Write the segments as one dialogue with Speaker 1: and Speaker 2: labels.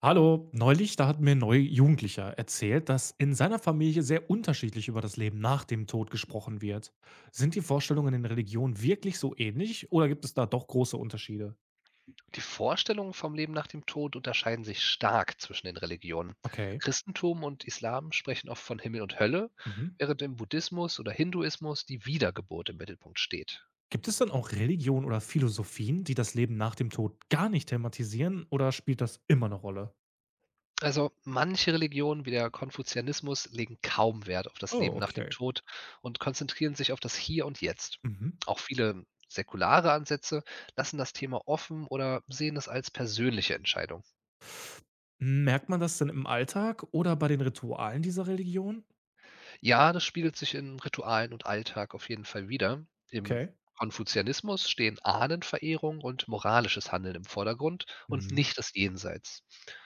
Speaker 1: Hallo, neulich, da hat mir ein neuer Jugendlicher erzählt, dass in seiner Familie sehr unterschiedlich über das Leben nach dem Tod gesprochen wird. Sind die Vorstellungen in Religionen wirklich so ähnlich oder gibt es da doch große Unterschiede?
Speaker 2: Die Vorstellungen vom Leben nach dem Tod unterscheiden sich stark zwischen den Religionen.
Speaker 1: Okay.
Speaker 2: Christentum und Islam sprechen oft von Himmel und Hölle,
Speaker 1: Mhm.
Speaker 2: während im Buddhismus oder Hinduismus die Wiedergeburt im Mittelpunkt steht.
Speaker 1: Gibt es dann auch Religionen oder Philosophien, die das Leben nach dem Tod gar nicht thematisieren oder spielt das immer eine Rolle?
Speaker 2: Also manche Religionen wie der Konfuzianismus legen kaum Wert auf das
Speaker 1: Oh,
Speaker 2: Leben nach dem
Speaker 1: okay.
Speaker 2: Tod und konzentrieren sich auf das Hier und Jetzt.
Speaker 1: Mhm.
Speaker 2: Auch viele säkulare Ansätze lassen das Thema offen oder sehen es als persönliche Entscheidung.
Speaker 1: Merkt man das denn im Alltag oder bei den Ritualen dieser Religion?
Speaker 2: Ja, das spiegelt sich in Ritualen und Alltag auf jeden Fall wider. Im
Speaker 1: Okay.
Speaker 2: Konfuzianismus stehen Ahnenverehrung und moralisches Handeln im Vordergrund und
Speaker 1: Mhm.
Speaker 2: nicht das Jenseits.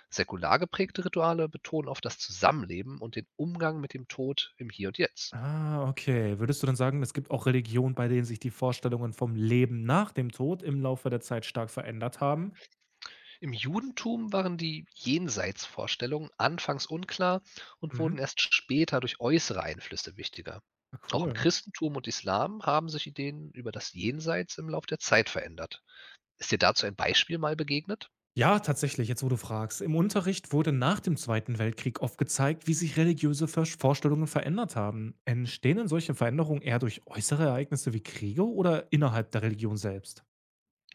Speaker 2: Säkular geprägte Rituale betonen oft das Zusammenleben und den Umgang mit dem Tod im Hier und Jetzt.
Speaker 1: Ah, okay. Würdest du dann sagen, es gibt auch Religionen, bei denen sich die Vorstellungen vom Leben nach dem Tod im Laufe der Zeit stark verändert haben?
Speaker 2: Im Judentum waren die Jenseitsvorstellungen anfangs unklar und wurden
Speaker 1: Mhm.
Speaker 2: erst später durch äußere Einflüsse wichtiger.
Speaker 1: Ja,
Speaker 2: Auch im
Speaker 1: cool.
Speaker 2: Christentum und Islam haben sich Ideen über das Jenseits im Lauf der Zeit verändert. Ist dir dazu ein Beispiel mal begegnet?
Speaker 1: Ja, tatsächlich, jetzt wo du fragst. Im Unterricht wurde nach dem Zweiten Weltkrieg oft gezeigt, wie sich religiöse Vorstellungen verändert haben. Entstehen denn solche Veränderungen eher durch äußere Ereignisse wie Kriege oder innerhalb der Religion selbst?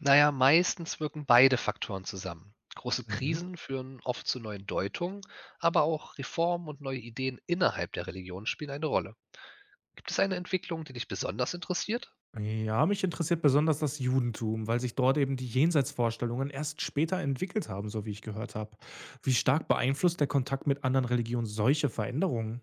Speaker 2: Naja, meistens wirken beide Faktoren zusammen. Große
Speaker 1: Mhm.
Speaker 2: Krisen führen oft zu neuen Deutungen, aber auch Reformen und neue Ideen innerhalb der Religion spielen eine Rolle. Gibt es eine Entwicklung, die dich besonders interessiert?
Speaker 1: Ja, mich interessiert besonders das Judentum, weil sich dort eben die Jenseitsvorstellungen erst später entwickelt haben, so wie ich gehört habe. Wie stark beeinflusst der Kontakt mit anderen Religionen solche Veränderungen?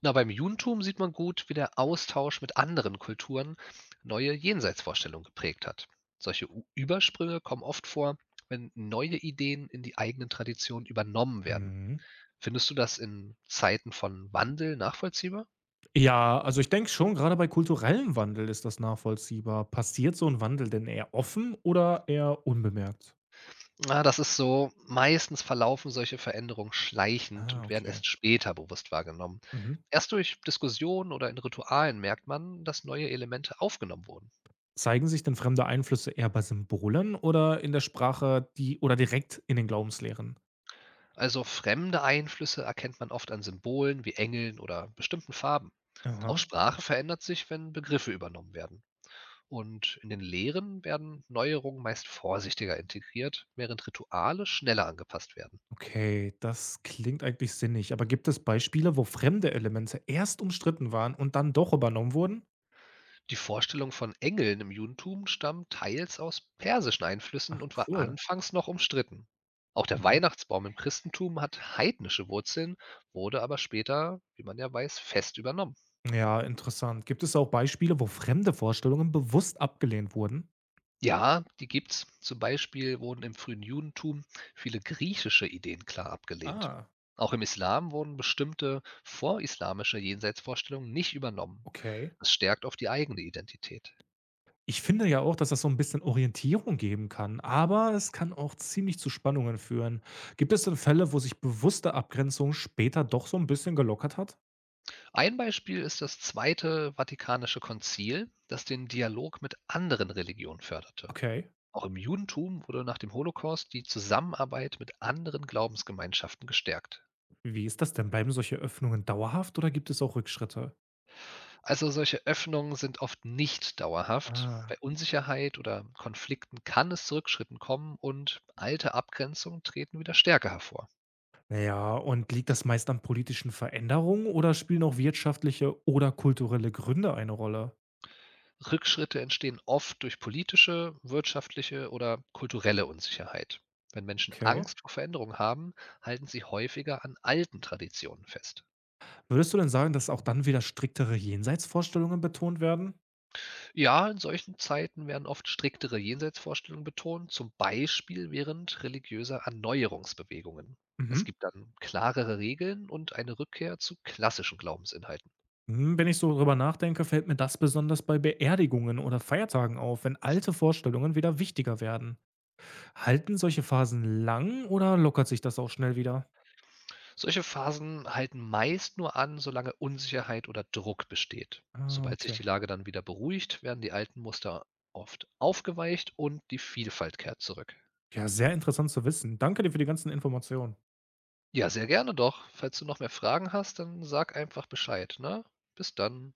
Speaker 2: Na, beim Judentum sieht man gut, wie der Austausch mit anderen Kulturen neue Jenseitsvorstellungen geprägt hat. Solche U Übersprünge kommen oft vor, wenn neue Ideen in die eigenen Traditionen übernommen werden.
Speaker 1: Mhm.
Speaker 2: Findest du das in Zeiten von Wandel nachvollziehbar?
Speaker 1: Ja, also ich denke schon, gerade bei kulturellem Wandel ist das nachvollziehbar. Passiert so ein Wandel denn eher offen oder eher unbemerkt?
Speaker 2: Na, das ist so, meistens verlaufen solche Veränderungen schleichend
Speaker 1: Ah,
Speaker 2: und werden
Speaker 1: okay.
Speaker 2: erst später bewusst wahrgenommen.
Speaker 1: Mhm.
Speaker 2: Erst durch Diskussionen oder in Ritualen merkt man, dass neue Elemente aufgenommen wurden.
Speaker 1: Zeigen sich denn fremde Einflüsse eher bei Symbolen oder in der Sprache, die oder direkt in den Glaubenslehren?
Speaker 2: Also fremde Einflüsse erkennt man oft an Symbolen wie Engeln oder bestimmten Farben. Auch
Speaker 1: Aha.
Speaker 2: Sprache verändert sich, wenn Begriffe übernommen werden. Und in den Lehren werden Neuerungen meist vorsichtiger integriert, während Rituale schneller angepasst werden.
Speaker 1: Okay, das klingt eigentlich sinnig. Aber gibt es Beispiele, wo fremde Elemente erst umstritten waren und dann doch übernommen wurden?
Speaker 2: Die Vorstellung von Engeln im Judentum stammt teils aus persischen Einflüssen
Speaker 1: Ach,
Speaker 2: und war
Speaker 1: cool.
Speaker 2: anfangs noch umstritten. Auch der
Speaker 1: Mhm.
Speaker 2: Weihnachtsbaum im Christentum hat heidnische Wurzeln, wurde aber später, wie man ja weiß, fest übernommen.
Speaker 1: Ja, interessant. Gibt es auch Beispiele, wo fremde Vorstellungen bewusst abgelehnt wurden?
Speaker 2: Ja, die gibt's. Zum Beispiel wurden im frühen Judentum viele griechische Ideen klar abgelehnt.
Speaker 1: Ah,
Speaker 2: Auch im Islam wurden bestimmte vorislamische Jenseitsvorstellungen nicht übernommen.
Speaker 1: okay.
Speaker 2: Das stärkt oft die eigene Identität.
Speaker 1: Ich finde ja auch, dass das so ein bisschen Orientierung geben kann, aber es kann auch ziemlich zu Spannungen führen. Gibt es denn Fälle, wo sich bewusste Abgrenzung später doch so ein bisschen gelockert hat?
Speaker 2: Ein Beispiel ist das Zweite Vatikanische Konzil, das den Dialog mit anderen Religionen förderte.
Speaker 1: Okay.
Speaker 2: Auch im Judentum wurde nach dem Holocaust die Zusammenarbeit mit anderen Glaubensgemeinschaften gestärkt.
Speaker 1: Wie ist das denn? Bleiben solche Öffnungen dauerhaft oder gibt es auch Rückschritte?
Speaker 2: Also solche Öffnungen sind oft nicht dauerhaft. Bei
Speaker 1: Ah,
Speaker 2: Unsicherheit oder Konflikten kann es zu Rückschritten kommen und alte Abgrenzungen treten wieder stärker hervor.
Speaker 1: ja, und liegt das meist an politischen Veränderungen oder spielen auch wirtschaftliche oder kulturelle Gründe eine Rolle?
Speaker 2: Rückschritte entstehen oft durch politische, wirtschaftliche oder kulturelle Unsicherheit. Wenn Menschen
Speaker 1: Okay.
Speaker 2: Angst vor Veränderung haben, halten sie häufiger an alten Traditionen fest.
Speaker 1: Würdest du denn sagen, dass auch dann wieder striktere Jenseitsvorstellungen betont werden?
Speaker 2: Ja, in solchen Zeiten werden oft striktere Jenseitsvorstellungen betont, zum Beispiel während religiöser Erneuerungsbewegungen. Es
Speaker 1: Mhm.
Speaker 2: gibt dann klarere Regeln und eine Rückkehr zu klassischen Glaubensinhalten.
Speaker 1: Hm, wenn ich so drüber nachdenke, fällt mir das besonders bei Beerdigungen oder Feiertagen auf, wenn alte Vorstellungen wieder wichtiger werden. Halten solche Phasen lang oder lockert sich das auch schnell wieder?
Speaker 2: Solche Phasen halten meist nur an, solange Unsicherheit oder Druck besteht.
Speaker 1: Ah,
Speaker 2: Sobald sich
Speaker 1: okay.
Speaker 2: die Lage dann wieder beruhigt, werden die alten Muster oft aufgeweicht und die Vielfalt kehrt zurück.
Speaker 1: Ja, sehr interessant zu wissen. Danke dir für die ganzen Informationen.
Speaker 2: Ja, sehr gerne doch. Falls du noch mehr Fragen hast, dann sag einfach Bescheid, ne? Bis dann.